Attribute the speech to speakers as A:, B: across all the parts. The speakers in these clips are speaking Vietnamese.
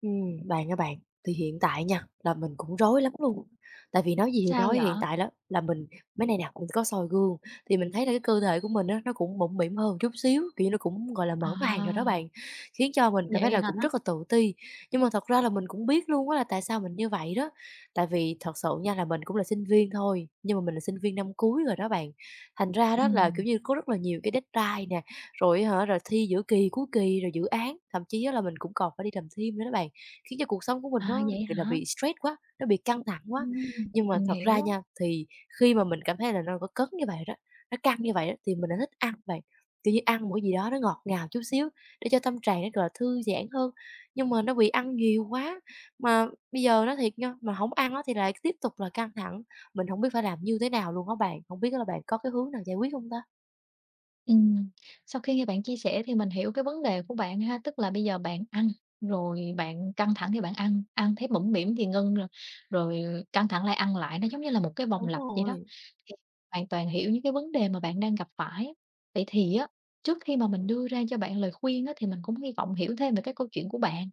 A: Bạn ơi bạn, thì hiện tại nha, là mình cũng rối lắm luôn. Tại vì nói gì thì
B: Sao
A: nói,
B: vậy?
A: hiện tại đó là mình mấy nay nè cũng có soi gương, thì mình thấy là cái cơ thể của mình á, nó cũng mũm mĩm hơn chút xíu, kiểu như, nó cũng, gọi là, mở màn rồi đó
B: À,
A: bạn, khiến cho mình cảm thấy
B: vậy
A: là
B: hả?
A: cũng rất là tự ti. Nhưng mà thật ra là mình cũng biết luôn á là tại sao mình như vậy đó, tại vì thật sự nha là mình cũng là sinh viên thôi, nhưng mà mình là sinh viên năm cuối rồi đó bạn. Thành ra đó là,
B: Ừm,
A: kiểu như, có rất là nhiều cái deadline nè, rồi hả, rồi thi giữa kỳ, cuối kỳ, rồi dự án, thậm chí á là mình cũng còn phải đi làm thêm nữa đó bạn. Khiến cho cuộc sống của mình
B: à,
A: nó,
B: vậy
A: gọi là,
B: hả?
A: bị stress quá, nó bị căng thẳng quá.
B: Ừm,
A: Nhưng mà
B: mình
A: thật ra
B: hiểu.
A: nha, thì khi mà mình cảm thấy là nó có cấn như vậy đó, nó căng như vậy đó, thì mình lại thích ăn vậy. Kiểu như, ăn một cái gì đó nó ngọt ngào chút xíu để cho tâm trạng nó, gọi là, thư giãn hơn. Nhưng mà nó bị ăn nhiều quá, mà bây giờ nó thiệt nha, mà không ăn nó thì lại tiếp tục là căng thẳng, mình không biết phải làm như thế nào luôn á bạn. Không biết là bạn có cái hướng nào giải quyết không ta?
B: Ừm, Sau khi nghe bạn chia sẻ thì mình hiểu cái vấn đề của bạn ha, tức là bây giờ bạn ăn, rồi bạn căng thẳng thì bạn ăn, ăn thấy bủng bỉm thì ngưng rồi, rồi căng thẳng lại ăn lại, nó giống như là một cái vòng
A: Đúng
B: lặp vậy đó.
A: rồi.
B: Thì hoàn toàn hiểu những cái vấn đề mà bạn đang gặp phải. Vậy thì á, trước khi mà mình đưa ra cho bạn lời khuyên á, thì mình cũng hy vọng hiểu thêm về cái câu chuyện của bạn.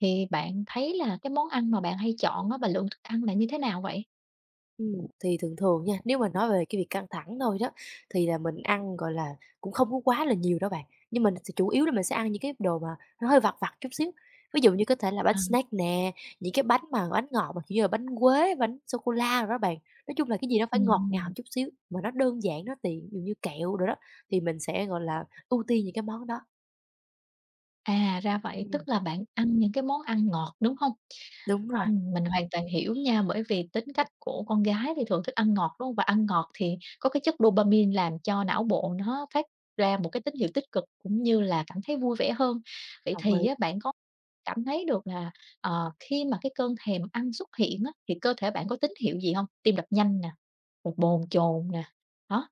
B: Thì bạn thấy là cái món ăn mà bạn hay chọn á, và lượng thức ăn là như thế nào vậy?
A: Ừm, thì thường thường nha, nếu mà nói về cái việc căng thẳng thôi đó, thì là mình ăn, gọi là, cũng không có quá là nhiều đâu bạn, nhưng mình sẽ chủ yếu là mình sẽ ăn những cái đồ mà nó hơi vặt vặt chút xíu. Ví dụ như có thể là bánh
B: À.
A: snack nè, những cái bánh mà bánh ngọt mà, kiểu như là, bánh quế, bánh sô cô la đồ đó bạn. Nói chung là cái gì nó phải ngọt ngào
B: Ừm,
A: chút xíu, mà nó đơn giản, nó tiện, ví dụ như kẹo rồi đó, thì mình sẽ, gọi là, ưu tiên những cái món đó.
B: Ra vậy, tức
A: Ừm,
B: là bạn ăn những cái món ăn ngọt, đúng không?
A: đúng rồi,
B: Mình hoàn toàn hiểu nha, bởi vì tính cách của con gái thì thường thích ăn ngọt, đúng không? Và ăn ngọt thì có cái chất dopamine làm cho não bộ nó phát ra một cái tín hiệu tích cực, cũng như là cảm thấy vui vẻ hơn. Vậy
A: đồng ý.
B: thì á, bạn có cảm thấy được là, khi mà cái cơn thèm ăn xuất hiện á, thì cơ thể bạn có tín hiệu gì không? Tim đập nhanh nè, rồi bồn chồn nè, đó,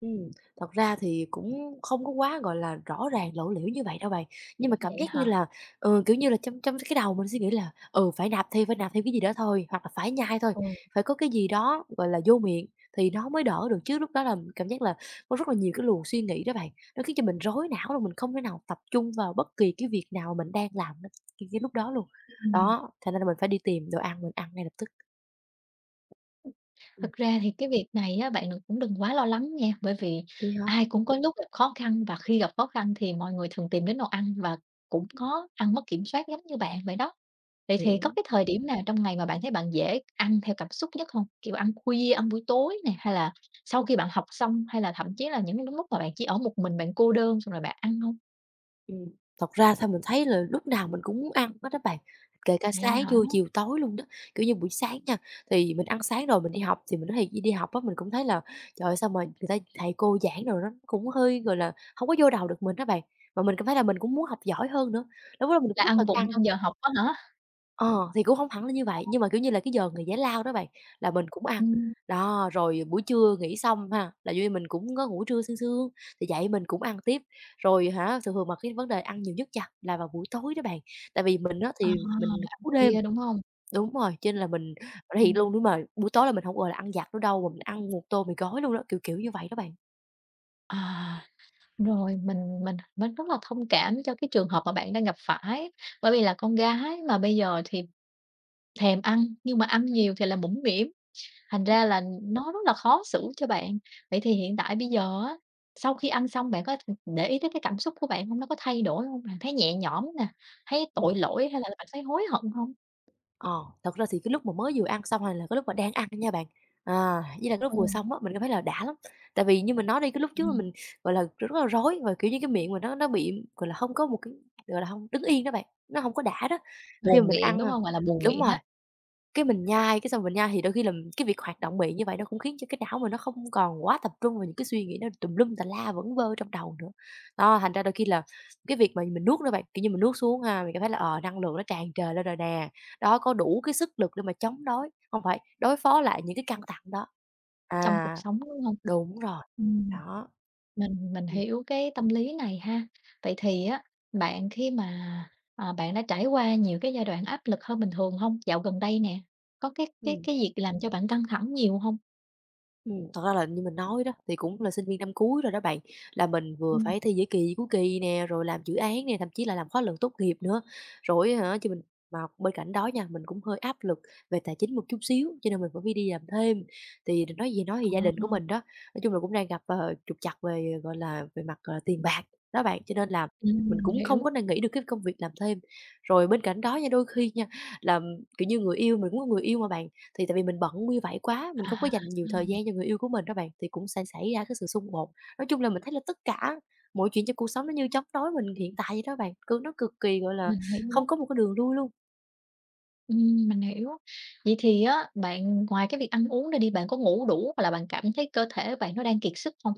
A: Ừm, Thật ra thì cũng không có quá, gọi là, rõ ràng lộ liễu như vậy đâu bạn, nhưng mà cảm
B: vậy
A: giác như
B: hả?
A: là, ừ, kiểu như là, trong trong cái đầu mình suy nghĩ là, ừ, phải nạp thêm cái gì đó thôi, hoặc là phải nhai thôi,
B: Ừ.
A: phải có cái gì đó, gọi là, vô miệng thì nó mới đỡ được, chứ lúc đó là cảm giác là có rất là nhiều cái luồng suy nghĩ đó bạn, nó khiến cho mình rối não luôn, mình không thể nào tập trung vào bất kỳ cái việc nào mình đang làm đó cái lúc đó luôn. Đó, thành ra là mình phải đi tìm đồ ăn, mình ăn ngay lập tức. Ừm,
B: Thực ra thì cái việc này á, bạn đừng cũng đừng quá lo lắng nha, bởi vì
A: vậy hả?
B: ai cũng có lúc gặp khó khăn và khi gặp khó khăn thì mọi người thường tìm đến đồ ăn và cũng có ăn mất kiểm soát giống như bạn vậy đó. Vậy thì
A: Ừ.
B: có cái thời điểm nào trong ngày mà bạn thấy bạn dễ ăn theo cảm xúc nhất không? Kiểu ăn khuya, ăn buổi tối nè, hay là sau khi bạn học xong, hay là thậm chí là những lúc mà bạn chỉ ở một mình, bạn cô đơn xong rồi bạn ăn không?
A: Ừm, Thật ra sao mình thấy là lúc nào mình cũng muốn ăn hết á bạn, kể cả
B: Vậy
A: sáng,
B: hả?
A: trưa, chiều, tối luôn đó. Kiểu như, buổi sáng nha, thì mình ăn sáng rồi mình đi học thì mình nói thiệt đi đi học á, mình cũng thấy là trời ơi, sao mà người ta thầy cô giảng rồi nó cũng hơi, gọi là, hông có vô đầu được mình á bạn. Mà mình cảm thấy là mình cũng muốn học giỏi hơn nữa, lúc đó mình cũng
B: Là
A: rất là
B: ăn vụng
A: căng.
B: trong giờ học á hả?
A: Ờ, thì cũng hông hẳn là như vậy, nhưng mà, kiểu như là, cái giờ nghỉ giải lao đó bạn, là mình cũng ăn.
B: Ừm,
A: Đó, rồi buổi trưa nghỉ xong ha, là vô mình cũng có ngủ trưa sương sương, thì dậy mình cũng ăn tiếp. Rồi hả, thường thường mà cái vấn đề ăn nhiều nhất nha, là vào buổi tối đó bạn, tại vì mình á
B: à,
A: thì mình
B: Ăn
A: cú đêm
B: khuya, đúng không?
A: đúng rồi, cho nên là mình thể hiện luôn
B: Ừm,
A: nếu mà buổi tối là mình hổng, gọi là, ăn vặt nữa đâu, mà mình ăn một tô mì gói luôn đó, kiểu, kiểu như vậy đó bạn.
B: à. Rồi, mình rất là thông cảm cho cái trường hợp mà bạn đang gặp phải, bởi vì là con gái mà bây giờ thì thèm ăn, nhưng mà ăn nhiều thì là mũm mĩm, thành ra là nó rất là khó xử cho bạn. Vậy thì hiện tại bây giờ á, sau khi ăn xong bạn có để ý tới cái cảm xúc của bạn không? Nó có thay đổi không? Bạn thấy nhẹ nhõm nè, thấy
A: Ừm.
B: tội lỗi hay là bạn thấy hối hận không?
A: Ờ, thật ra thì cái lúc mà mới vừa ăn xong, hay là cái lúc mà đang ăn nha bạn, à, với lại cái lúc
B: Ừ.
A: vừa xong á, mình cảm thấy là đã lắm. Tại vì như mình nói đi, cái lúc trước là
B: Ừm,
A: mình, gọi là, rất là rối và, kiểu như, cái miệng mình nó bị, gọi là, không có một cái gọi là, không đứng yên đó bạn, nó không có đã đó. Khi mà
B: Buồn
A: mình
B: miệng,
A: ăn
B: đúng
A: à
B: không? Gọi là buồn
A: đúng
B: miệng
A: rồi,
B: á,
A: cái mình nhai, cái xong mình nhai thì đôi khi là cái việc hoạt động miệng như vậy nó cũng khiến cho cái não mình nó không còn quá tập trung vào những cái suy nghĩ nó tùm lum tà la vẩn vơ trong đầu nữa. Đó, thành ra đôi khi là cái việc mà mình nuốt đó bạn, kiểu như, mình nuốt xuống ha, mình cảm thấy là, ờ, năng lượng nó tràn trề lên rồi nè, đó, có đủ cái sức lực để mà chống đối, không phải đối phó lại những cái căng thẳng đó.
B: trong cuộc
A: À,
B: sống, đúng hông?
A: đúng rồi,
B: Ừm.
A: đó.
B: Mình
A: Ừm,
B: hiểu cái tâm lý này ha. Vậy thì á, bạn khi mà, à, bạn đã trải qua nhiều cái giai đoạn áp lực hơn bình thường không? Dạo gần đây nè, có cái cái
A: ừm.
B: cái việc làm cho bạn căng thẳng nhiều không?
A: Thật ra là như mình nói đó, thì cũng là sinh viên năm cuối rồi đó bạn, là mình vừa
B: Ừm.
A: phải thi giữa kỳ, cuối kỳ nè, rồi làm dự án nè, thậm chí là làm khóa luận tốt nghiệp nữa. Rồi hả, chứ mình mà bên cạnh đó nha, mình cũng hơi áp lực về tài chính một chút xíu, cho nên mình phải đi làm thêm. Thì đ nói gì nói thì gia đình
B: Ờ,
A: của mình đó, nói chung là cũng đang gặp, ờ, trục trặc về, gọi là, về mặt, gọi tiền bạc đó bạn, cho nên là mình
B: mình
A: cũng không có
B: hiểu.
A: n nghĩ được cái công việc làm thêm. Rồi bên cạnh đó nha, đôi khi nha, là, kiểu như, người yêu mình cũng có người yêu mà bạn, thì tại vì mình bận như vậy quá, mình
B: À,
A: không có dành nhiều thời gian cho người yêu của mình đó bạn, thì cũng sẽ xảy ra cái sự xung đột. Nói chung là mình thấy là tất cả mọi chuyện trong cuộc sống nó như chống đối mình hiện tại vậy đó bạn, cứ nó cực kỳ, gọi là,
B: mình
A: không
B: hiểu,
A: có một cái đường lui luôn.
B: mình hiểu. Vậy thì á, bạn ngoài cái việc ăn uống ra đi, bạn có ngủ đủ hoặc là bạn cảm thấy cơ thể bạn nó đang kiệt sức không?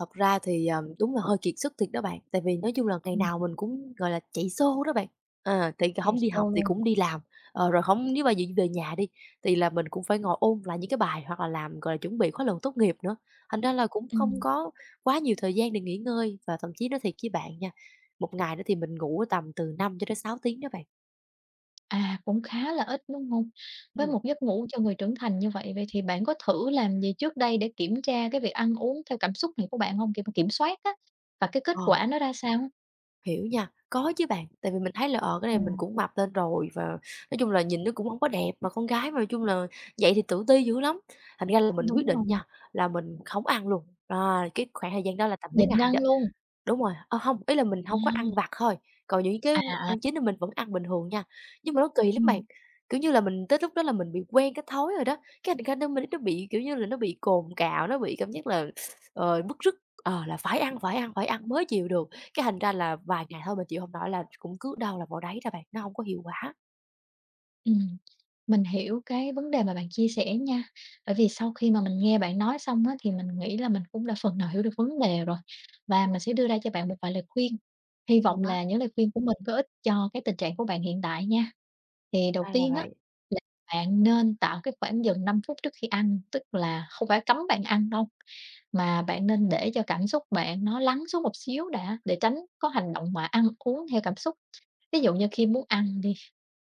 A: Thật ra thì, à, đúng là hơi kiệt sức thiệt đó bạn, tại vì nói chung là ngày
B: Ừm.
A: nào mình cũng, gọi là, chạy xô đó bạn. Ờ, thì
B: Kiệt
A: không đi
B: sức
A: học thì
B: luôn.
A: cũng đi làm, ờ, rồi không nếu mà về về nhà đi, thì là mình cũng phải ngồi ôn lại những cái bài hoặc là làm, gọi là, chuẩn bị khóa luận tốt nghiệp nữa, thành ra là cũng không
B: Ừm.
A: có quá nhiều thời gian để nghỉ ngơi. Và thậm chí nói thiệt với bạn nha, một ngày đó thì mình ngủ tầm từ 5 cho đến 6 tiếng đó bạn.
B: À, cũng khá là ít, đúng hông? Với
A: Ừm,
B: một giấc ngủ cho người trưởng thành như vậy, vậy thì bạn có thử làm gì trước đây để kiểm tra cái việc ăn uống theo cảm xúc này của bạn hông? Kiểu mà kiểm soát á, và cái kết
A: ờ.
B: quả nó ra sao?
A: Hiểu nha, có chứ bạn, tại vì mình thấy là, ờ, cái này mình
B: Ừm,
A: cũng mập lên rồi và nói chung là nhìn nó cũng không có đẹp, mà con gái mà nói chung là vậy thì tự ti dữ lắm. Thành ra là mình quyết
B: đúng rồi,
A: định nha, là mình hổng ăn luôn, à, cái khoảng thời gian đó là tầm mấy
B: nhịn
A: ngày
B: ăn
A: đó,
B: luôn.
A: đúng rồi, ơ, hông, ý là mình hông có ăn
B: À,
A: vặt thôi, còn những cái
B: à, à,
A: ăn chín thì mình vẫn ăn bình thường nha. Nhưng mà nó kỳ lắm bạn,
B: ừm.
A: kiểu như là, mình tới lúc đó là mình bị quen cái thói rồi đó, cái thành ra nó mình nó bị, kiểu như là, nó bị cồn cào, nó bị cảm giác là, ờ, bứt rứt, ờ, là phải ăn, phải ăn, phải ăn mới chịu được. Cái thành ra là vài ngày thôi mình chịu hông nổi là cũng cứ đâu là vào đấy đó bạn, nó hông có hiệu quả.
B: Ừm, mình hiểu cái vấn đề mà bạn chia sẻ nha. Bởi vì sau khi mà mình nghe bạn nói xong á, thì mình nghĩ là mình cũng đã phần nào hiểu được vấn đề rồi, và mình sẽ đưa ra cho bạn một vài lời khuyên. Hy
A: Hay
B: vọng
A: quá,
B: là những lời khuyên của mình có ích cho cái tình trạng của bạn hiện tại nha. Thì đầu
A: ra là
B: tiên á,
A: vậy.
B: là bạn nên tạo cái khoảng dừng 5 phút trước khi ăn, tức là không phải cấm bạn ăn đâu, mà bạn nên để cho cảm xúc bạn nó lắng xuống một xíu đã, để tránh có hành động mà ăn uống theo cảm xúc. Ví dụ như khi muốn ăn đi,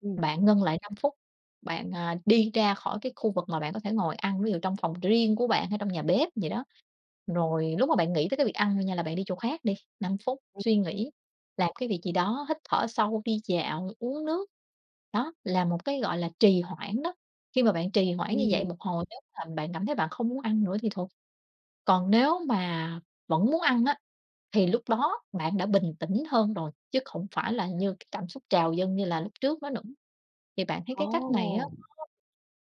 A: Ừm,
B: bạn ngưng lại 5 phút, đi ra khỏi cái khu vực mà bạn có thể ngồi ăn, ví dụ trong phòng riêng của bạn hay trong nhà bếp gì đó. Rồi lúc mà bạn nghĩ tới cái việc ăn thôi nha là bạn đi chỗ khác đi, 5 phút
A: ừm,
B: suy nghĩ, làm cái việc gì đó, hít thở sâu, đi dạo, uống nước. Đó, là một cái, gọi là, trì hoãn đó. Khi mà bạn trì hoãn như
A: ừm.
B: vậy một hồi nếu mà bạn cảm thấy bạn không muốn ăn nữa thì thôi, còn nếu mà vẫn muốn ăn á thì lúc đó bạn đã bình tĩnh hơn rồi, chứ không phải là như cái cảm xúc trào dâng như là lúc trước nữa nữa. Thì bạn thấy
A: Ồ!
B: cái cách này á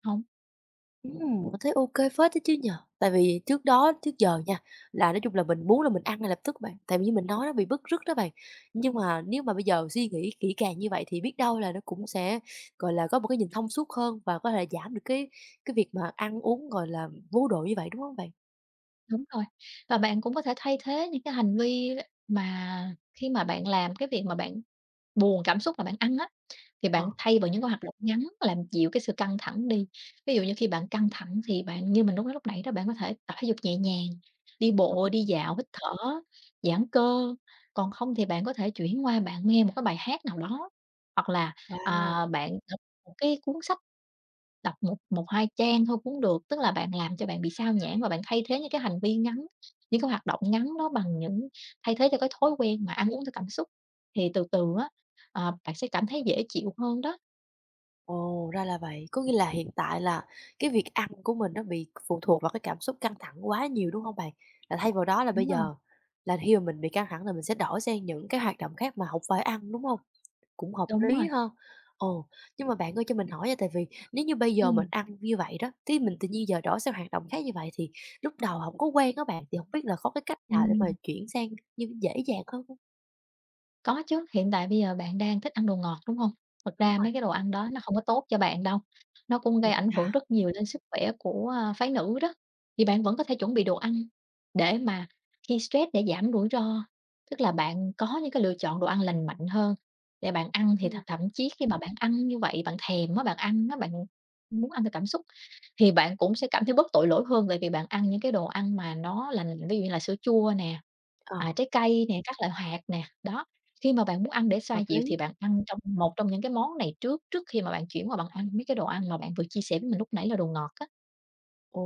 B: hông?
A: Mình thấy ok phết đó chứ nhờ. Tại vì trước đó trước giờ nha, là nói chung là mình muốn là mình ăn ngay lập tức bạn, tại vì như mình nói nó bị bứt rứt đó bạn. Nhưng mà nếu mà bây giờ suy nghĩ kỹ càng như vậy thì biết đâu là nó cũng sẽ, gọi là, có một cái nhìn thông suốt hơn và có thể giảm được cái việc mà ăn uống, gọi là, vô độ như vậy, đúng không bạn?
B: Đúng rồi, và bạn cũng có thể thay thế những cái hành vi mà khi mà bạn làm cái việc mà bạn buồn cảm xúc là bạn ăn á, thì
A: Ờ,
B: bạn thay vào những cái hoạt động ngắn làm dịu cái sự căng thẳng đi. Ví dụ như khi bạn căng thẳng thì bạn như mình lúc nói lúc nãy đó, bạn có thể tập thể dục nhẹ nhàng, đi bộ, đi dạo, hít thở, giãn cơ, còn không thì bạn có thể chuyển qua bạn nghe một cái bài hát nào đó, hoặc là,
A: wow!
B: bạn đọc một cái cuốn sách, đọc một một hai trang thôi cũng được. Tức là bạn làm cho bạn bị sao nhãng và bạn thay thế những cái hành vi ngắn, những cái hoạt động ngắn đó bằng những thay thế cho cái thói quen mà ăn uống theo cảm xúc, thì từ từ á, bạn sẽ cảm thấy dễ chịu hơn đó.
A: Ồ, ra là vậy. Có nghĩa là hiện tại là cái việc ăn của mình nó bị phụ thuộc vào cái cảm xúc căng thẳng quá nhiều, đúng không bạn? Là thay vào đó là bây
B: Đúng rồi,
A: giờ là khi mà mình bị căng thẳng là mình sẽ đổi sang những cái hoạt động khác mà không phải ăn, đúng không? Cũng hợp
B: đúng
A: lý
B: rồi.
A: ha. Ồ, nhưng mà bạn ơi cho mình hỏi nha, tại vì nếu như bây giờ
B: Ừm,
A: mình ăn như vậy đó, thì mình tự nhiên giờ đổi sang hoạt động khác như vậy thì lúc đầu không có quen các bạn, thì không biết là có cái cách nào để mà
B: ừm.
A: chuyển sang như dễ dàng hơn hông?
B: Có chứ, hiện tại bây giờ bạn đang thích ăn đồ ngọt, đúng không? Thật
A: Đúng
B: ra
A: rồi,
B: mấy cái đồ ăn đó nó không có tốt cho bạn đâu, nó cũng gây
A: thiệt
B: ảnh
A: là
B: hưởng rất nhiều lên sức khỏe của, phái nữ đó, thì bạn vẫn có thể chuẩn bị đồ ăn để mà khi stress để giảm rủi ro. Tức là bạn có những cái lựa chọn đồ ăn lành mạnh hơn để bạn ăn thì
A: ừm,
B: thậm chí khi mà bạn ăn như vậy, bạn thèm á, bạn ăn nó bạn muốn ăn theo cảm xúc thì bạn cũng sẽ cảm thấy bớt tội lỗi hơn, tại vì bạn ăn những cái đồ ăn mà nó lành lành, ví dụ như là sữa chua nè,
A: ờ,
B: trái cây nè, các loại hạt nè, đó. Khi mà bạn muốn ăn để xoa
A: hợp
B: dịu thì
A: lý.
B: bạn ăn trong một trong những cái món này trước, trước khi mà bạn chuyển qua bạn ăn mấy cái đồ ăn mà bạn vừa chia sẻ với mình lúc nãy là đồ ngọt á.
A: Ồ,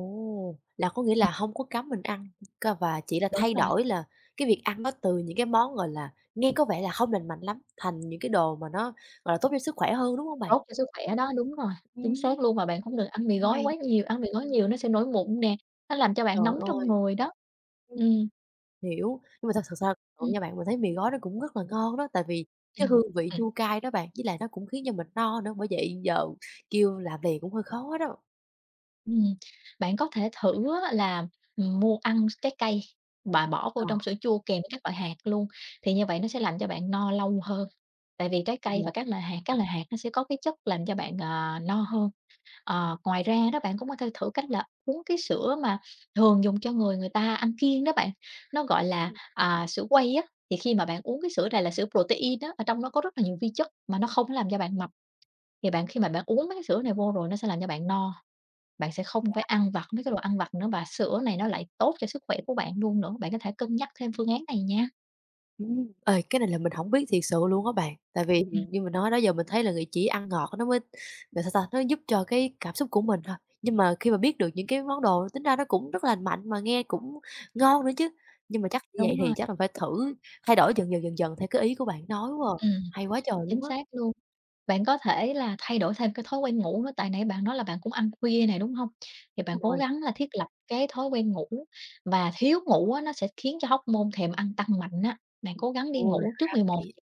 A: là có nghĩa
B: Ừm.
A: là hông có cấm mình ăn, cơ và chỉ là
B: Đúng
A: thay
B: rồi,
A: đổi là cái việc ăn nó từ những cái món, gọi là, nghe có vẻ là không lành mạnh lắm, thành những cái đồ mà nó, gọi là, tốt cho sức khỏe hơn, đúng hông bạn?
B: tốt cho sức khỏe đó, đúng rồi, chính
A: Ừm,
B: xác luôn, mà bạn không được ăn mì
A: cũng
B: gói
A: hay
B: quá nhiều, ăn mì gói nhiều nó sẽ nổi mụn nè, nó làm cho bạn
A: trời
B: nóng trong
A: ơi,
B: người đó.
A: ừm,
B: Ừm,
A: hiểu. Nhưng mà thật sự sao ra
B: ừm,
A: nha bạn, mình thấy mì gói nó cũng rất là ngon đó, tại vì cái
B: ừm,
A: hương vị
B: ừm,
A: chua cay đó bạn, với lại nó cũng khiến cho mình no nữa, bởi vậy giờ kêu làm liền cũng hơi khó đó.
B: ừm. Bạn có thể thử á là, mua ăn trái cây và bỏ
A: Ờ,
B: vô trong sữa chua kèm với các loại hạt luôn, thì như vậy nó sẽ làm cho bạn no lâu hơn. Tại vì trái cây
A: yeah.
B: và các loại hạt nó sẽ có cái chất làm cho bạn, no hơn. Ờ, ngoài ra đó bạn cũng có thể thử cách là uống cái sữa mà thường dùng cho người người ta ăn kiêng đó bạn, nó gọi là, sữa quay á, thì khi mà bạn uống cái sữa này là sữa protein đó ở trong nó có rất là nhiều vi chất mà nó không có làm cho bạn mập, thì bạn khi mà bạn uống mấy cái sữa này vô rồi nó sẽ làm cho bạn no, bạn sẽ không phải ăn vặt mấy cái đồ ăn vặt nữa và sữa này nó lại tốt cho sức khỏe của bạn luôn nữa, bạn có thể cân nhắc thêm phương án này nha.
A: Ê, cái này là mình hổng biết thiệt sự luôn á bạn, tại vì
B: Ừm,
A: như mình nói đó giờ mình thấy là người chỉ ăn ngọt nó mới là sao ta, nó giúp cho cái cảm xúc của mình thôi. Nhưng mà khi mà biết được những cái món đồ tính ra nó cũng rất là lành mạnh mà nghe cũng ngon nữa chứ. Nhưng mà chắc như vậy
B: đúng
A: thì
B: rồi,
A: chắc là phải thử thay đổi dần dần, dần dần theo cái ý của bạn nói quá à.
B: ừm.
A: Hay quá trời
B: Chính
A: luôn á,
B: xác luôn. Bạn có thể là thay đổi thêm cái thói quen ngủ nữa, tại nãy bạn nói là bạn cũng ăn khuya này đúng hông? Thì bạn
A: đúng
B: cố
A: rồi,
B: gắng là thiết lập cái thói quen ngủ và thiếu ngủ á, nó sẽ khiến cho hormone thèm ăn tăng mạnh á. Bạn cố gắng đi
A: ôi,
B: ngủ trước 11
A: vậy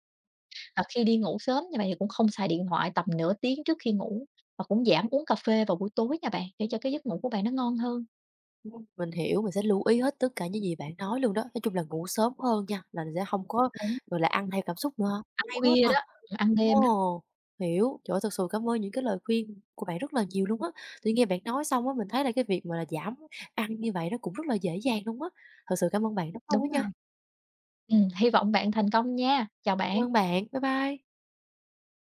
B: và khi đi ngủ sớm như vậy thì cũng không xài điện thoại tầm nửa tiếng trước khi ngủ và cũng giảm uống cà phê vào buổi tối nha bạn, để cho cái giấc ngủ của bạn nó ngon hơn.
A: mình hiểu, mình sẽ lưu ý hết tất cả những gì bạn nói luôn đó. Nói chung là ngủ sớm hơn nha, là mình sẽ hông có,
B: Đúng,
A: gọi là, ăn theo cảm xúc nữa ha,
B: ăn
A: hay quá
B: khuya
A: ta.
B: đó, ăn đêm đó,
A: Ồ, hiểu. Trời ơi, thực sự cảm ơn những cái lời khuyên của bạn rất là nhiều luôn á. Tự nhiên nghe bạn nói xong á, mình thấy là cái việc mà là giảm ăn như vậy nó cũng rất là dễ dàng luôn á. Thật sự cảm ơn bạn rất luôn á
B: đúng rồi.
A: nha.
B: Hy vọng bạn thành công nha. Chào
A: Cảm
B: bạn.
A: ơn bạn. Bye bye.